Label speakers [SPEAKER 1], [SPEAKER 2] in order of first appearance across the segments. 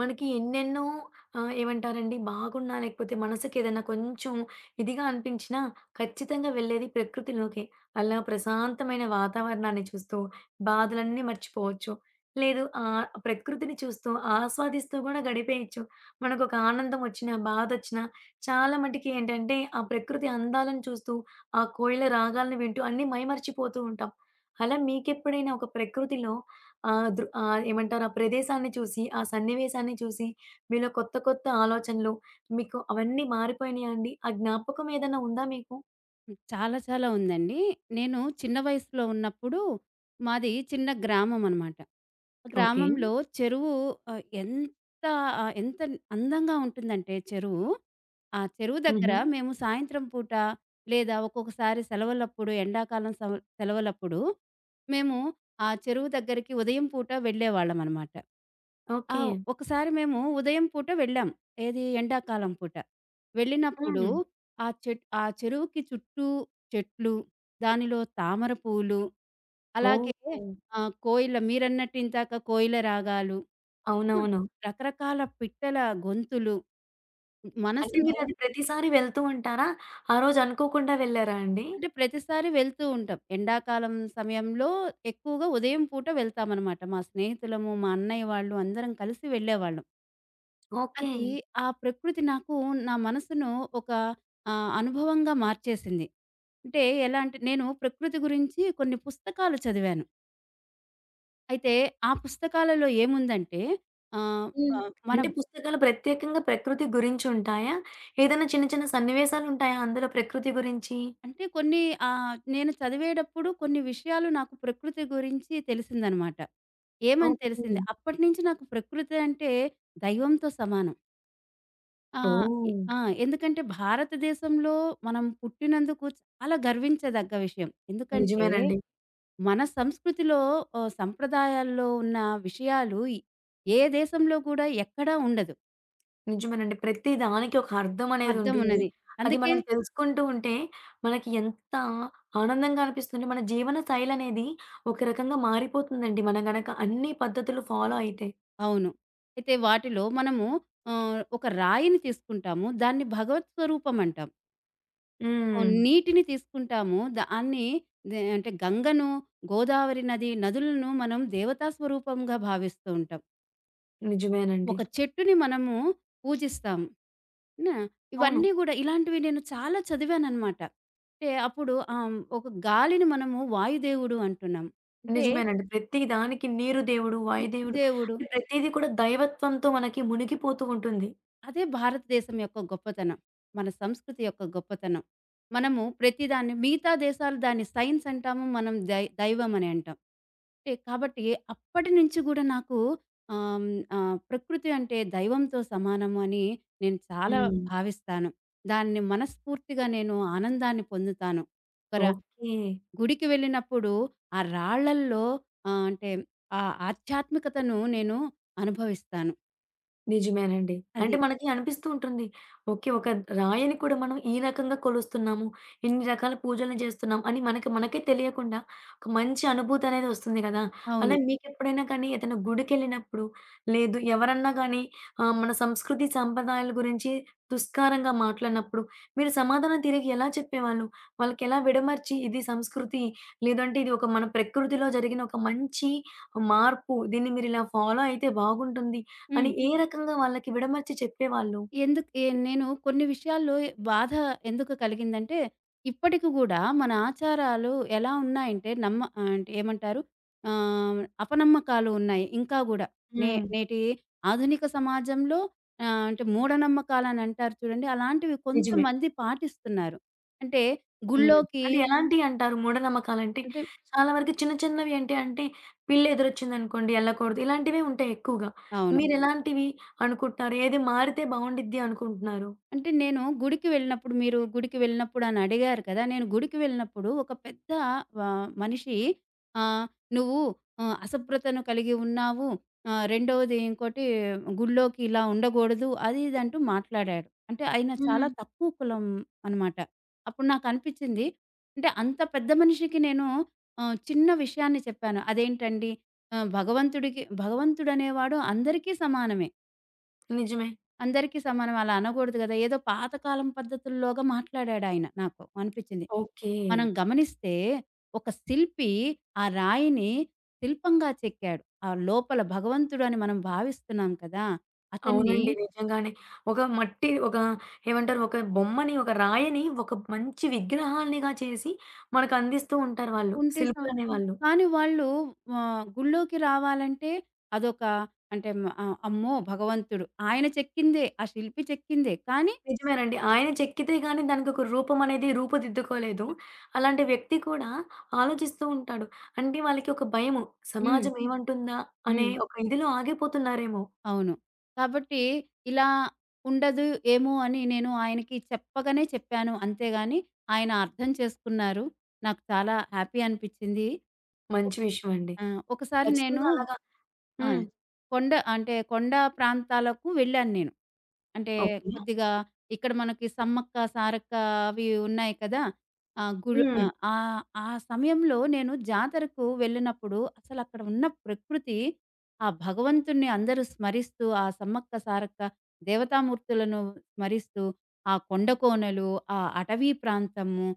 [SPEAKER 1] మనకి ఎన్నెన్నో ఏమంటారండి బాగున్నా లేకపోతే మనసుకేదైనా కొంచెం ఇదిగా అనిపించినా ఖచ్చితంగా వెళ్ళేది ప్రకృతిలోకే. అలా ప్రశాంతమైన వాతావరణాన్ని చూస్తూ బాధలన్నీ మర్చిపోవచ్చు. లేదు ప్రకృతిని చూస్తూ ఆస్వాదిస్తూ గూడా గడిపేయొచ్చు. మనకొక ఆనందమొచ్చినా, బాధొచ్చినా చాలా మటికి ఏంటంటే ఆ ప్రకృతి అందాలను చూస్తూ, ఆ కోయిల రాగాలను వింటూ అన్నీ మైమరిచిపోతూ ఉంటాం. అలా మీకెప్పుడైనా ఒక ప్రకృతిలో ఏమంటారు? ఆ ప్రదేశాన్ని చూసి, ఆ సన్నివేశాన్ని చూసి, మీలో కొత్త కొత్త ఆలోచనలు మీకు అవన్నీ మారిపోయినాయా అండి? ఆ జ్ఞాపకం ఏదైనా ఉందా మీకు?
[SPEAKER 2] హ్మ్. చాలా చాలా ఉందండి. నేను చిన్న వయసులో ఉన్నప్పుడు మాది చిన్న గ్రామం అనమాట.
[SPEAKER 1] ఓకే.
[SPEAKER 2] గ్రామంలో చెరువు, ఆహ్, ఎంత ఎంత అందంగా ఉంటుందంటే చెరువు. ఆ చెరువు దగ్గర
[SPEAKER 1] హుహు.
[SPEAKER 2] మేము సాయంత్రం పూట, లేదా ఒక్కొక్కసారి సెలవులప్పుడు, ఎండాకాలం సెలవులప్పుడు మేము ఆ చెరువు దగ్గరికి ఉదయం పూట వెళ్ళేవాళ్ళమనమాట. ఆ!
[SPEAKER 1] ఓకే.
[SPEAKER 2] ఒకసారి మేము ఉదయం పూట వెళ్ళాం. ఏది ఎండాకాలం పూట. వెళ్ళినప్పుడు
[SPEAKER 1] హ్మ్.
[SPEAKER 2] ఆ చెరువుకి చుట్టూ చెట్లు, దానిలో తామర పూలు,
[SPEAKER 1] ఓహ్!
[SPEAKER 2] అలాగే కోయిల, మీరన్నట్టు ఇందాక కోయిల రాగాలు, ఆ!
[SPEAKER 1] అవునవును.
[SPEAKER 2] రకరకాల పిట్టల గొంతులు
[SPEAKER 1] అంటే
[SPEAKER 2] మనసును.
[SPEAKER 1] మీరది ప్రతిసారి వెళ్తూ ఉంటారా? ఆ రోజు అనుకోకుండా వెళ్లారా అండి?
[SPEAKER 2] అంటే ప్రతిసారి వెళ్తూ ఉంటాం. ఎండాకాలం సమయంలో ఎక్కువగా ఉదయం పూట వెళ్తామనమాట. మా స్నేహితులము, మా అన్నయ్య వాళ్ళు అందరం కలిసి వెళ్ళేవాళ్ళం.
[SPEAKER 1] ఓకే.
[SPEAKER 2] అది ఆ ప్రకృతి నాకు, నా మనసును ఒక అనుభవంగా మార్చేసింది. అంటే ఎలా అంటే, నేను ప్రకృతి గురించి కొన్ని పుస్తకాలు చదివాను. అయితే ఆ పుస్తకాలలో ఏముందంటే ఆహ్,
[SPEAKER 1] హ్మ్.
[SPEAKER 2] ఆహ్, మన
[SPEAKER 1] అంటే పుస్తకాలు ప్రత్యేకంగా ప్రకృతి గురించుంటాయా? ఏదైనా చిన్న చిన్న సన్నివేశాలుంటాయా అందులో ప్రకృతి గురించి?
[SPEAKER 2] అంటే కొన్ని నేను చదివేటప్పుడు కొన్ని విషయాలు నాకు ప్రకృతి గురించి తెలిసిందనమాట. ఏమని
[SPEAKER 1] ఓకే.
[SPEAKER 2] తెలిసింది అప్పటినుంచి నాకు ప్రకృతి అంటే దైవంతో సమానం. ఆ! ఎ
[SPEAKER 1] ఓహ్!
[SPEAKER 2] ఆ! ఎందుకంటే భారతదేశంలో మనం పుట్టినందుకు చాలా గర్వించదగ్గ విషయం. ఎందుకంటే
[SPEAKER 1] నిజమేనండి.
[SPEAKER 2] మన సంస్కృతిలో, సంప్రదాయాల్లో ఉన్న విషయాలు ఏ దేశంలో కూడా ఎక్కడా ఉండదు.
[SPEAKER 1] నిజమేనండి. ప్రతి దానికి ఒక అర్థం
[SPEAKER 2] అర్థం
[SPEAKER 1] అనేదుంటుంది.
[SPEAKER 2] ఉన్నది.
[SPEAKER 1] అది
[SPEAKER 2] అందుకే.
[SPEAKER 1] మనం తెలుసుకుంటూ ఉంటే, మనకి ఎంత ఆనందంగా అనిపిస్తుందంటే, మన జీవన శైలనేది ఒక రకంగా మారిపోతుందండి. మనం గనక అన్ని పద్ధతులు ఫాలో అయితే.
[SPEAKER 2] అవును. అయితే వాటిలో మనము ఒక రాయిని తీసుకుంటాము, దాన్ని భగవత్ స్వరూపం అంటాం.
[SPEAKER 1] హ్మ్.
[SPEAKER 2] నీటిని తీసుకుంటాము, దాన్ని అంటే గంగను, గోదావరి నది, నదులను మనం దేవతా స్వరూపంగా భావిస్తూ ఉంటాం.
[SPEAKER 1] నిజమేనండి.
[SPEAKER 2] ఒక చెట్టుని మనము పూజిస్తాము. నా?
[SPEAKER 1] అవును.
[SPEAKER 2] ఇవన్నీ గూడా ఇలాంటివి నేను చాలా చదివాననమాట. అంటే అప్పుడు ఒక గాలిని మనము వాయుదేవుడు అంటున్నాం. అంటే
[SPEAKER 1] నిజమేనండి. ప్రతి దానికి నీరు దేవుడు, వాయుదేవుడు
[SPEAKER 2] దేవుడు.
[SPEAKER 1] అంటే ప్రతీది కూడా దైవత్వంతో మనకి మునిగిపోతూ ఉంటుంది.
[SPEAKER 2] అదే భారతదేశం యొక్క గొప్పతనం. మన సంస్కృతి యొక్క గొప్పతనం. మనము ప్రతిదాన్ని, మిగతా దేశాలు దాన్ని సైన్స్ అంటాము, మనం దైవం అని అంటాం. అంటే కాబట్టి అప్పటి నుంచి గూడా నాకు ఆహ్, హ్మ్. ప్రకృతి అంటే దైవంతో సమానము అని నేను చాలా
[SPEAKER 1] హ్మ్.
[SPEAKER 2] భావిస్తాను. దాన్ని మనస్ఫూర్తిగా నేను ఆనందాన్ని పొందుతాను. ఒకర
[SPEAKER 1] ఓకే.
[SPEAKER 2] గుడికి వెళ్ళినప్పుడు ఆ రాళ్ళల్లో అంటే ఆ ఆధ్యాత్మికతను నేను అనుభవిస్తాను.
[SPEAKER 1] నిజమేనండి.
[SPEAKER 2] అది.
[SPEAKER 1] అంటే మనకి అనిపిస్తూ ఉంటుంది. ఓకే. ఒక రాయిని కూడా మనం ఈ రకంగా కొలుస్తున్నాము. ఇన్ని రకాల పూజలను చేస్తున్నాం అని మనకి మనకే తెలియకుండా ఒక మంచి అనుభూతి అనేది వస్తుంది కదా! అలా
[SPEAKER 2] అవును.
[SPEAKER 1] మీకెప్పుడైనా కానీ ఏదైనా గుడికెళ్ళినప్పుడు లేదు ఎవరన్నా గానీ మన సంస్కృతి సంప్రదాయాల గురించి దుష్కారంగా మాట్లాడినప్పుడు మీరు సమాధానం తిరిగి ఎలా చెప్పేవాళ్ళు? వాళ్ళకెలా విడమర్చి ఇది సంస్కృతి లేదంటే ఇది ఒక మన ప్రకృతిలో జరిగిన ఒక మంచి మార్పు. దీన్ని మీరిలా ఫాలో అయితే బాగుంటుంది. అని
[SPEAKER 2] హ్మ్.
[SPEAKER 1] ఏ రకంగా వాళ్ళకి విడమర్చి చెప్పేవాళ్ళు?
[SPEAKER 2] ఎందుకు నేను కొన్ని విషయాల్లో బాధ ఎందుకు కలిగిందంటే, ఇప్పటికి గూడా మన ఆచారాలు ఎలా ఉన్నాయంటే అంటే ఏమంటారు? అపనమ్మకాలు ఉన్నాయి ఇంకా గూడా.
[SPEAKER 1] హ్మ్.
[SPEAKER 2] నేటి ఆధునిక సమాజంలో అంటే మూఢనమ్మకాలనంటారు చూడండి. అలాంటివి
[SPEAKER 1] నిజమే.
[SPEAKER 2] కొంతమంది పాటిస్తున్నారు. అంటే
[SPEAKER 1] హ్మ్.
[SPEAKER 2] గుళ్ళోకి
[SPEAKER 1] అంటే ఎలాంటియంటారు మూఢనమ్మకాలంటే?
[SPEAKER 2] అంటే.
[SPEAKER 1] చాలా వరకు చిన్న చిన్నవి ఏంటి అంటే, పిల్లెదురొచ్చిందనుకోండి ఎళ్ళకూడదు. ఇలాంటివే ఉంటాయి ఎక్కువగా.
[SPEAKER 2] అవును.
[SPEAKER 1] మీరెలాంటివి అనుకుంటున్నారు? ఏది మారితే బావుండిద్ది అనుకుంటున్నారు?
[SPEAKER 2] అంటే నేను గుడికి వెళ్ళినప్పుడు, మీరు గుడికి వెళ్ళినప్పుడు అని అడిగారు కదా. నేను గుడికి వెళ్ళినప్పుడు ఒక పెద్ద మనిషి, ఆహ్, "నువ్వు అసభ్రతను కలిగి ఉన్నావు. రెండోది, ఇంకోటి గుడిలోకి ఇలా ఉండకూడదు", అది ఇది అంటూ మాట్లాడాడు. అంటే ఆయన చాలా
[SPEAKER 1] హ్మ్.
[SPEAKER 2] తక్కువ కులం అనమాట. అప్పుడు నాకనిపించింది, అంటే అంత పెద్ద మనిషికి నేను చిన్న విషయాన్ని చెప్పాను. అదేంటండి, భగవంతుడికి, భగవంతుడనేవాడు అందరికీ సమానమే.
[SPEAKER 1] నిజమే.
[SPEAKER 2] అందరికీ సమానం, అలా అనకూడదు గదా. ఏదో పాతకాలం పద్ధతుల్లోగా మాట్లాడాడాయన, నాకు అనిపిచ్చింది.
[SPEAKER 1] ఓకే.
[SPEAKER 2] మనం గమనిస్తే, ఒక శిల్పి ఆ రాయిని శిల్పంగా చెక్కాడు. ఆ లోపల భగవంతుడు అని మనం భావిస్తున్నాం కదా. అతన్ని
[SPEAKER 1] అవునండి. హ్మ్. నిజంగానే. ఒక మట్టి ఒక ఏమంటారు? ఒక బొమ్మని, ఒక రాయని, ఒక మంచి విగ్రహాల్నిగా చేసి మనకందిస్తూ ఉంటారు వాళ్ళు.
[SPEAKER 2] కుంటిసం
[SPEAKER 1] శిల్పులనేవాళ్ళు.
[SPEAKER 2] కానీ వాళ్ళు గుళ్ళోకి రావాలంటే, అదొక, అంటే అమ్మో, భగవంతుడు ఆయన చెక్కిందే, ఆ శిల్పి చెక్కిందే కానీ.
[SPEAKER 1] నిజమేనండి. ఆయన చెక్కితే గాని దానికొక రూపం అనేది రూపుదిద్దుకోలేదు. అలాంటి వ్యక్తి కూడా ఆలోచిస్తూ ఉంటాడు. అంటే వాళ్ళకి ఒక భయము.
[SPEAKER 2] హ్మ్.
[SPEAKER 1] సమాజం ఏమంటుందా అనే
[SPEAKER 2] హ్మ్.
[SPEAKER 1] ఒక ఇదిలో ఆగిపోతున్నారేమో.
[SPEAKER 2] అవును. కాబట్టి ఇలా ఉండదు ఏమో అని నేను ఆయనకి చెప్పగానే చెప్పాను. అంతేగాని ఆయన అర్థం చేసుకున్నారు. నాకు చాలా హ్యాపీ అనిపిచ్చింది. ఓహ్!
[SPEAKER 1] మంచి విషయం అండి.
[SPEAKER 2] ఆ! ఒకసారి నేను,
[SPEAKER 1] ఖచ్చితంగా అలాగా
[SPEAKER 2] ఆ!
[SPEAKER 1] హ్మ్.
[SPEAKER 2] కొండ, అంటే కొండ ప్రాంతాలకు వెళ్ళాను నేను. అంటే
[SPEAKER 1] ఓకే.
[SPEAKER 2] కొద్దిగా ఇక్కడ మనకి సమ్మక్క, సారక్క అవి ఉన్నాయి కదా.
[SPEAKER 1] హ్మ్.
[SPEAKER 2] ఆ ఆ సమయంలో నేను జాతరకు వెళ్ళినప్పుడు అసలక్కడ ఉన్న ప్రకృతి, ఆ భగవంతుడిని అందరూ స్మరిస్తూ, ఆ సమ్మక్క, సారక్క దేవతామూర్తులను స్మరిస్తూ, ఆ కొండ కోనలు, ఆ అటవీ ప్రాంతము,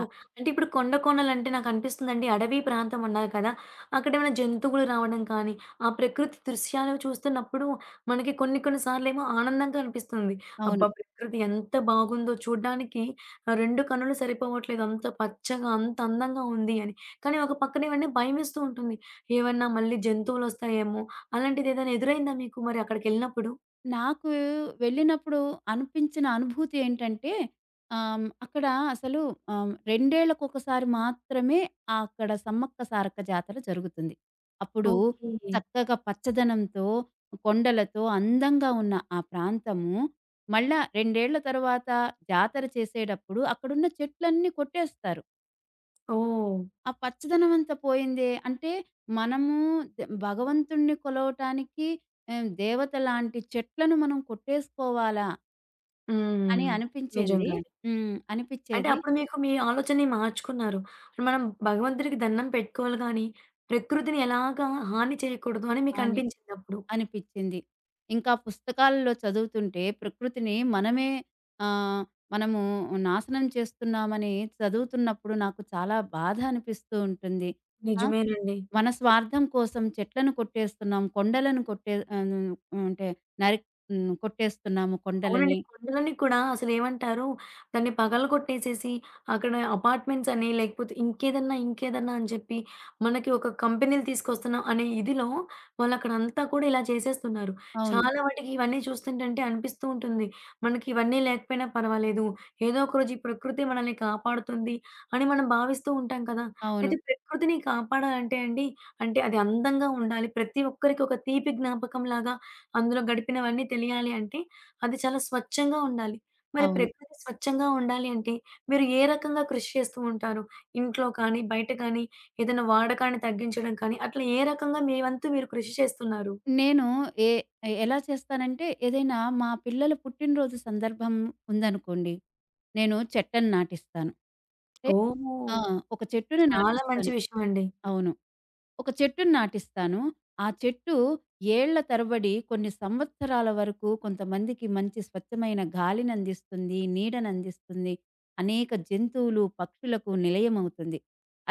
[SPEAKER 2] ఆహ్
[SPEAKER 1] అంటే ఇప్పుడు కొండ కోణలంటే నాకనిపిస్తుందండి అడవి ప్రాంతం అన్నారు కదా! అక్కడేమైనా జంతువులు రావడం కానీ, ఆ ప్రకృతి దృశ్యాలు చూస్తున్నప్పుడు మనకి కొన్ని కొన్ని సార్లేమో ఆనందంగా అనిపిస్తుంది.
[SPEAKER 2] అవును.
[SPEAKER 1] అబ్బా! ప్రకృతి ఎంత బాగుందో చూడ్డానికి 2 కన్నులు సరిపోవట్లేదు. అంత పచ్చగా, అంత అందంగా ఉంది అని. కానీ ఒక పక్కనేమన్నా భయమేస్తూ ఉంటుంది. ఏమన్నా మళ్ళీ జంతువులొస్తాయేమో! అలాంటిదేదైనా ఎదురైందా మీకు మరి అక్కడికెళ్ళినప్పుడు?
[SPEAKER 2] నాకు వెళ్ళినప్పుడు అనిపించిన అనుభూతి ఏంటంటే, అక్కడ అసలు రెండేళ్లకొకసారి మాత్రమే అక్కడ సమ్మక్క సారక్క జాతర జరుగుతుంది. అప్పుడు
[SPEAKER 1] ఓకే.
[SPEAKER 2] చక్కగా పచ్చదనంతో, కొండలతో అందంగా ఉన్న ఆ ప్రాంతము, మళ్ళా 2 ఏళ్ల తర్వాత జాతర చేసేటప్పుడు అక్కడున్న చెట్లన్నీ కొట్టేస్తారు.
[SPEAKER 1] ఓహ్!
[SPEAKER 2] ఆ పచ్చదనం అంతా పోయిందే. అంటే మనము భగవంతుడిని కొలవటానికి దేవత లాంటి చెట్లను మనం కొట్టేసుకోవాలా అని
[SPEAKER 1] హ్మ్.
[SPEAKER 2] అనిపించింది.
[SPEAKER 1] నిజంగా.
[SPEAKER 2] హ్మ్.
[SPEAKER 1] అంటే
[SPEAKER 2] అనిపిచ్చేది.
[SPEAKER 1] అప్పుడు మీకు మీ ఆలోచనని మార్చుకున్నారు. మనం భగవంతుడికి దండం పెట్టుకోవాలి గానీ, ప్రకృతిని ఎలాగా హాని చేయకూడదు అని
[SPEAKER 2] అని
[SPEAKER 1] మీకనిపించిందప్పుడు.
[SPEAKER 2] అనిపిచ్చింది. ఇంకా పుస్తకాల్లో చదువుతుంటే ప్రకృతిని మనమే ఆహ్, మనము నాశనం చేస్తున్నామని చదువుతున్నప్పుడు నాకు చాలా బాధ అనిపిస్తూ ఉంటుంది. ఆ!
[SPEAKER 1] నిజమేనండి.
[SPEAKER 2] మన స్వార్థం కోసం చెట్లను కొట్టేస్తున్నాం. కొండలను అంటే నరి కొట్టేస్తున్నాము
[SPEAKER 1] అవునండి.
[SPEAKER 2] కొండలని.
[SPEAKER 1] కొండలని కూడా అసలేమంటారు, దాన్ని పగలగొట్టేసేసి అక్కడ అపార్ట్‌మెంట్స్ అని, లేకపోతే ఇంకేదన్నా, ఇంకేదన్నా అని చెప్పి మనకి ఒక కంపెనీలు తీసుకొస్తున్నాం అనే ఇదిలో వాళ్ళక్కడంతా కూడా ఇలా చేసేస్తున్నారు.
[SPEAKER 2] అవును.
[SPEAKER 1] చాలా వాటికి ఇవన్నీ చూస్తుంటంటే అనిపిస్తూ ఉంటుంది. మనకి ఇవన్నీ లేకపోయినా పర్వాలేదు. ఏదో ఒక రోజు ఈ ప్రకృతి మనల్ని కాపాడుతుంది అని మనం భావిస్తూ ఉంటాం కదా! అయితే
[SPEAKER 2] అవును.
[SPEAKER 1] ప్రకృతిని కాపాడాలంటే అండి, అంటే అది అందంగా ఉండాలి. ప్రతి ఒక్కరికి ఒక తీపి జ్ఞాపకంలాగా అందులో గడిపినవన్నీ తెలియాలి అంటే అది చాలా స్వచ్ఛంగా ఉండాలి. మరి
[SPEAKER 2] అవును.
[SPEAKER 1] ప్రకృతి స్వచ్ఛంగా ఉండాలి అంటే, మీరు ఏ రకంగా కృషి చేస్తూ ఉంటారు? ఇంట్లో కానీ, బయట కానీ, ఏదైనా వాడకాన్ని తగ్గించడం కానీ, అట్లా ఏ రకంగా మీ వంతు మీరు కృషి చేస్తున్నారు?
[SPEAKER 2] నేను ఏ ఎలా చేస్తానంటే, ఏదైనా మా పిల్లల పుట్టినరోజు సందర్భం ఉందనుకోండి, నేను చెట్లను నాటిస్తాను. అంటే
[SPEAKER 1] ఓహో!
[SPEAKER 2] ఆ! ఒక చెట్టుని
[SPEAKER 1] చాలా మంచి
[SPEAKER 2] నాటిస్తాను.
[SPEAKER 1] విషయం అండి.
[SPEAKER 2] అవును. ఒక చెట్టుని నాటిస్తాను. ఆ చెట్టు ఏళ్ల తరబడి, కొన్ని సంవత్సరాల వరకు, కొంతమందికి మంచి స్వచ్ఛమైన గాలినందిస్తుంది, నీడనందిస్తుంది. అనేక జంతువులు, పక్షులకు నిలయమవుతుంది.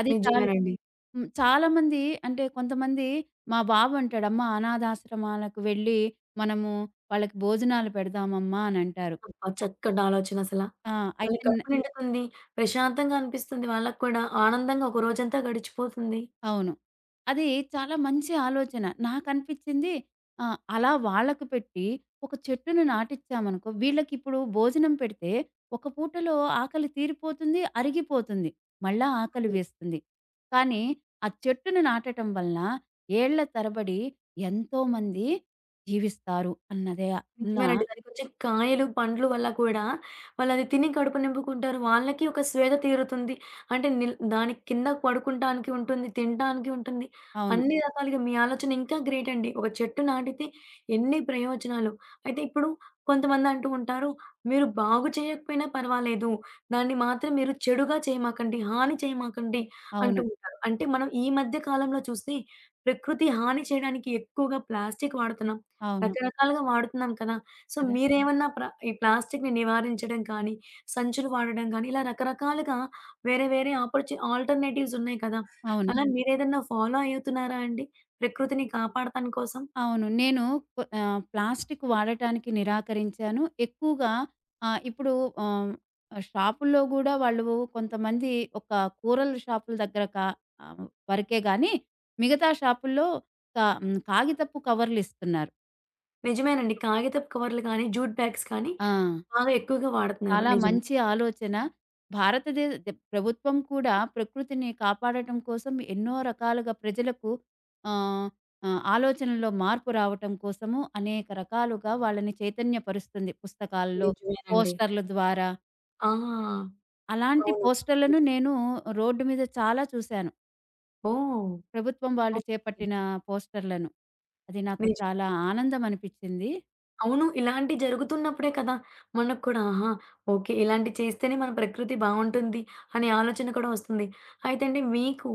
[SPEAKER 2] అది చాలు.
[SPEAKER 1] నిజమేనండి.
[SPEAKER 2] హ్మ్. చాలామంది, అంటే కొంతమంది, మా బాబు అంటాడు, "అమ్మ, అనాథాశ్రమాలకు వెళ్ళి మనము వాళ్ళకి భోజనాలు పెడదామమ్మా" అనంటారు.
[SPEAKER 1] అబ్బా!
[SPEAKER 2] అయి
[SPEAKER 1] చక్కటి ఆలోచన అసల.
[SPEAKER 2] ఆ!
[SPEAKER 1] వాళ్ళ
[SPEAKER 2] అయితే
[SPEAKER 1] కడుపు నిండుతుంది, ప్రశాంతంగా అనిపిస్తుంది వాళ్ళకి కూడా. ఆనందంగా ఒక రోజంతా గడిచిపోతుంది.
[SPEAKER 2] అవును. అది చాలా మంచి ఆలోచన. నాకనిపిచ్చింది, అలా వాళ్ళకి పెట్టి, ఒక చెట్టును నాటిచ్చామనుకో, వీళ్ళకిప్పుడు భోజనం పెడితే, ఒక పూటలో ఆకలి తీరిపోతుంది, అరిగిపోతుంది. మళ్ళా ఆకలి
[SPEAKER 1] హ్మ్.
[SPEAKER 2] వేస్తుంది. కానీ, ఆ చెట్టును నాటటం వలన ఏళ్ల తరబడి ఎంతోమంది జీవిస్తారు అన్నదే అన్న.
[SPEAKER 1] నిజమేనండి. దానికొచ్చే కాయలు, పండ్లు వల్ల కూడా వాళ్ళది తిని కడుపు నింపుకుంటారు. వాళ్ళకి ఒక స్వేద తీరుతుంది. అంటే దాని కింద పడుకుంటానికి ఉంటుంది, తినటానికి ఉంటుంది.
[SPEAKER 2] అవును. అవును.
[SPEAKER 1] అన్ని రకాలుగా మీ ఆలోచన ఇంకా గ్రేట్ అండి. ఒక చెట్టు నాటితే ఎన్ని ప్రయోజనాలు. అయితే ఇప్పుడు కొంతమంది అంటూ ఉంటారు, "మీరు బాగు చేయకపోయినా పర్వాలేదు. దాన్ని మాత్రం మీరు చెడుగా చేయమాకండి, హాని చేయమాకండి" అంటూ
[SPEAKER 2] అవును.
[SPEAKER 1] ఉంటారు. అంటే మనం ఈ మధ్య కాలంలో చూస్తే ప్రకృతి హాని చేయడానికి ఎక్కువగా ప్లాస్టిక్ వాడుతున్నాం.
[SPEAKER 2] అవును.
[SPEAKER 1] రకరకాలుగా వాడుతున్నాం కదా! సో,
[SPEAKER 2] కదా.
[SPEAKER 1] మీరేమన్నా ఈ ప్లాస్టిక్‌ని నివారించడం కానీ, సంచులు వాడడం కానీ, ఇలా రకరకాలుగా వేరే వేరే ఆల్టర్‌నేటివ్స్ ఉన్నాయి కదా!
[SPEAKER 2] అవును.
[SPEAKER 1] అలా హ్మ్. మీరేదన్నా ఫాలో అవుతున్నారా అండి? ప్రకృతిని కాపాడటాని కోసం?
[SPEAKER 2] అవును. నేను ప్లాస్టిక్ వాడటానికి నిరాకరించాను. ఎక్కువగా ఇప్పుడు ఆహ్, షాపుల్లో గూడా వాళ్ళు, కొంతమంది, ఒక కూరల షాపుల దగ్గర ఆహ్, వరకే గానీ, మిగతా షాపుల్లో క హ్మ్. కాగితపు కవర్‌లిస్తున్నారు.
[SPEAKER 1] నిజమేనండి. కాగితపు కవర్లు కానీ, జూట్ బ్యాగ్స్ కానీ
[SPEAKER 2] ఆ!
[SPEAKER 1] బాగా ఎక్కువగా వాడుతున్నారు.
[SPEAKER 2] చాలా
[SPEAKER 1] నిజమే.
[SPEAKER 2] మంచి ఆలోచన. భారతదే ద ప్రభుత్వం కూడా ప్రకృతిని కాపాడటం కోసం ఎన్నో రకాలుగా ప్రజలకు ఆహ్, ఆహ్, ఆలోచనలో మార్పు రావటం కోసము అనేక రకాలుగా వాళ్ళని చైతన్యపరుస్తుంది. పుస్తకాల్లో,
[SPEAKER 1] నిజమేనండి.
[SPEAKER 2] పోస్టర్‌ల ద్వారా.
[SPEAKER 1] ఆ!
[SPEAKER 2] అలాంటి
[SPEAKER 1] అవును.
[SPEAKER 2] పోస్టర్‌లను
[SPEAKER 1] నిజమే.
[SPEAKER 2] నేను రోడ్డు మీద చాలా చూశాను.
[SPEAKER 1] ఓహ్!
[SPEAKER 2] ప్రభుత్వం వాళ్ళు
[SPEAKER 1] అవును.
[SPEAKER 2] చేపట్టిన పోస్టర్‌లను. అది నాకు
[SPEAKER 1] నిజమే.
[SPEAKER 2] చాలా ఆనందం అనిపిచ్చింది.
[SPEAKER 1] అవును. ఇలాంటివి జరుగుతున్నప్పుడే కదా! మనకు కూడా ఆహా! ఓకే. ఇలాంటివి చేస్తేనే మన ప్రకృతి బావుంటుంది అనే ఆలోచన కూడా వస్తుంది. అయితే అండి మీకు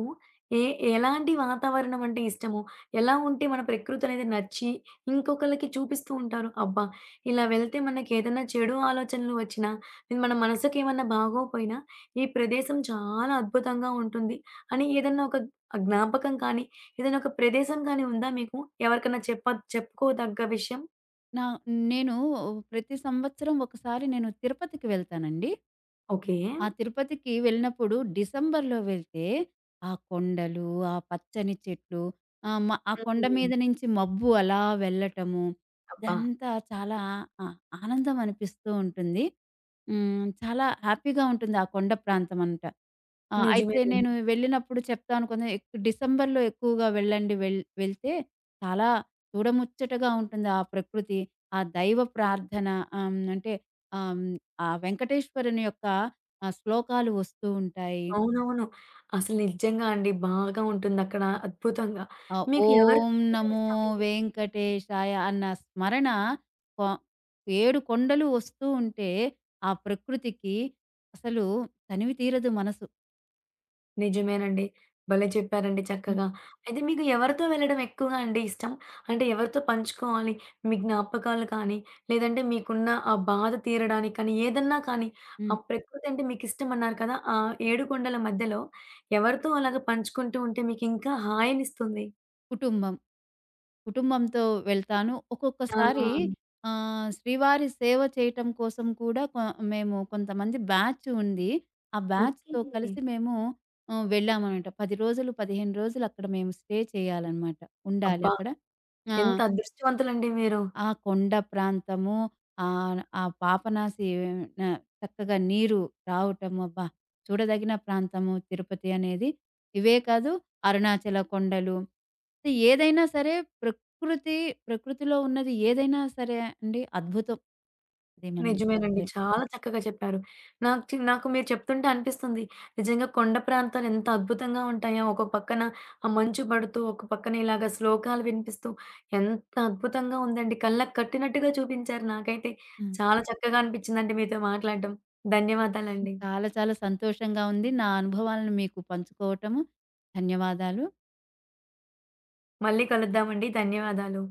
[SPEAKER 1] ఏ ఎలాంటి వాతావరణం అంటే ఇష్టము? ఎలా ఉంటే మన ప్రకృతి అనేది నచ్చి ఇంకొకళ్ళకి చూపిస్తూ ఉంటారు. అబ్బా! ఇలా వెళ్తే మనకేదైనా చెడు ఆలోచనలు వచ్చినా, ఇది మన మనసుకేమన్నా బాగోపోయినా ఈ ప్రదేశం చాలా అద్భుతంగా ఉంటుంది అని ఏదన్నా ఒక జ్ఞాపకం కానీ, ఏదైనా ఒక ప్రదేశం కానీ ఉందా మీకు? ఎవరికన్నా చెప్పుకోదగ్గ విషయం?
[SPEAKER 2] నా నేను ప్రతి సంవత్సరం ఒకసారి నేను తిరుపతికి వెళ్తానండి.
[SPEAKER 1] ఓకే.
[SPEAKER 2] ఆ తిరుపతికి వెళ్ళినప్పుడు డిసెంబర్‌లో వెళ్తే, ఆ కొండలు, ఆ పచ్చని చెట్లు, ఆహ్, మ ఆ కొండ
[SPEAKER 1] హ్మ్.
[SPEAKER 2] మీద నుంచి మబ్బు అలా వెళ్ళటము,
[SPEAKER 1] అబ్బా!
[SPEAKER 2] ఇదంతా చాలా ఆ! ఆనందం అనిపిస్తూ ఉంటుంది. హ్మ్. చాలా హ్యాపీగా ఉంటుంది ఆ కొండ ప్రాంతం అంతా. అయితే
[SPEAKER 1] నిజమేనండి.
[SPEAKER 2] నేను వెళ్ళినప్పుడు చెప్తాను, కొంచెం డిసెంబర్‌లో ఎక్కువగా వెళ్ళండి. వెళ్తే చాలా చూడముచ్చటగా ఉంటుంది ఆ ప్రకృతి. ఆ దైవ ప్రార్థన, అంటే ఆహ్, ఆ వెంకటేశ్వరుని యొక్క శ్లోకాలు వస్తూ ఉంటాయి.
[SPEAKER 1] అవునవును. అసలు నిజంగా అండి. బాగా ఉంటుందక్కడ అద్భుతంగా. మీకు ఎవరితో
[SPEAKER 2] ఓం
[SPEAKER 1] వెళ్ళడం
[SPEAKER 2] నమో
[SPEAKER 1] ఇష్టమండి?
[SPEAKER 2] వెంకటేశాయ అన్న స్మరణ, కొ ఏడు కొండలు వస్తూ ఉంటే, ఆ ప్రకృతికి అసలు తనివి తీరదు మనసు.
[SPEAKER 1] నిజమేనండి. భలే చెప్పారండి
[SPEAKER 2] హ్మ్.
[SPEAKER 1] చక్కగా. అయితే మీకు ఎవరితో వెళ్ళడం ఎక్కువగా అండి ఇష్టం? అంటే ఎవరితో పంచుకోవాలి మీ జ్ఞాపకాలు కానీ, లేదంటే మీకున్న ఆ బాధ తీరడానికి కానీ, ఏదన్నా కానీ ఆ
[SPEAKER 2] హ్మ్.
[SPEAKER 1] ప్రకృతి అంటే మీకిష్టమన్నారు కదా! ఆ ఏడుకొండల మధ్యలో ఎవరితో అలాగా పంచుకుంటూ ఉంటే మీకింకా హాయినిస్తుంది?
[SPEAKER 2] కుటుంబం, కుటుంబంతో వెళ్తాను.
[SPEAKER 1] ఆ!
[SPEAKER 2] ఒక్కొక్కసారి శ్రీవారి సేవ చేయటం కోసం కూడా, మేము కొంతమంది బ్యాచ్ ఉంది. ఆ
[SPEAKER 1] ఓకే.
[SPEAKER 2] బ్యాచ్‌తో కలిసి మేము వెళ్ళామనమాట. 10 రోజులు, 15 రోజులు అక్కడ మేము స్టే చేయాలనమాట. ఉండాలి
[SPEAKER 1] అబ్బా!
[SPEAKER 2] అక్కడ. ఆ!
[SPEAKER 1] ఎంత అదృష్టవంతులండి మీరు.
[SPEAKER 2] ఆ కొండ ప్రాంతము, ఆ పాపనాశి న చక్కగా నీరు రావటము, అబ్బా! చూడదగిన ప్రాంతము తిరుపతి అనేది. ఇవే కాదు అరుణాచల కొండలు. సో ఏదైనా సరే ప్రకృతి, ప్రకృతిలో ఉన్నది ఏదైనా సరే అండి అద్భుతం. అది మనం
[SPEAKER 1] నిజమేనండి.
[SPEAKER 2] చెప్పలేం.
[SPEAKER 1] చాలా చక్కగా చెప్పారు. నాకు మీరు చెప్తుంటే అనిపిస్తుంది. నిజంగా కొండ ప్రాంతాలు ఎంత అద్భుతంగా ఉంటాయో. ఒక పక్కన ఆ మంచు పడుతూ, ఒక పక్కన ఇలాగ శ్లోకాలు వినిపిస్తూ ఎంత అద్భుతంగా ఉందండి. కళ్ళకి కట్టినట్టుగా చూపించారు నాకైతే.
[SPEAKER 2] హ్మ్.
[SPEAKER 1] చాలా చక్కగా అనిపించిందండి మీతో మాట్లాడడం. ధన్యవాదాలండి.
[SPEAKER 2] చాలా చాలా సంతోషంగా ఉంది నా అనుభవాలను మీకు పంచుకోవటము. ధన్యవాదాలు.
[SPEAKER 1] మళ్ళీ కలుద్దామండి. ధన్యవాదాలు.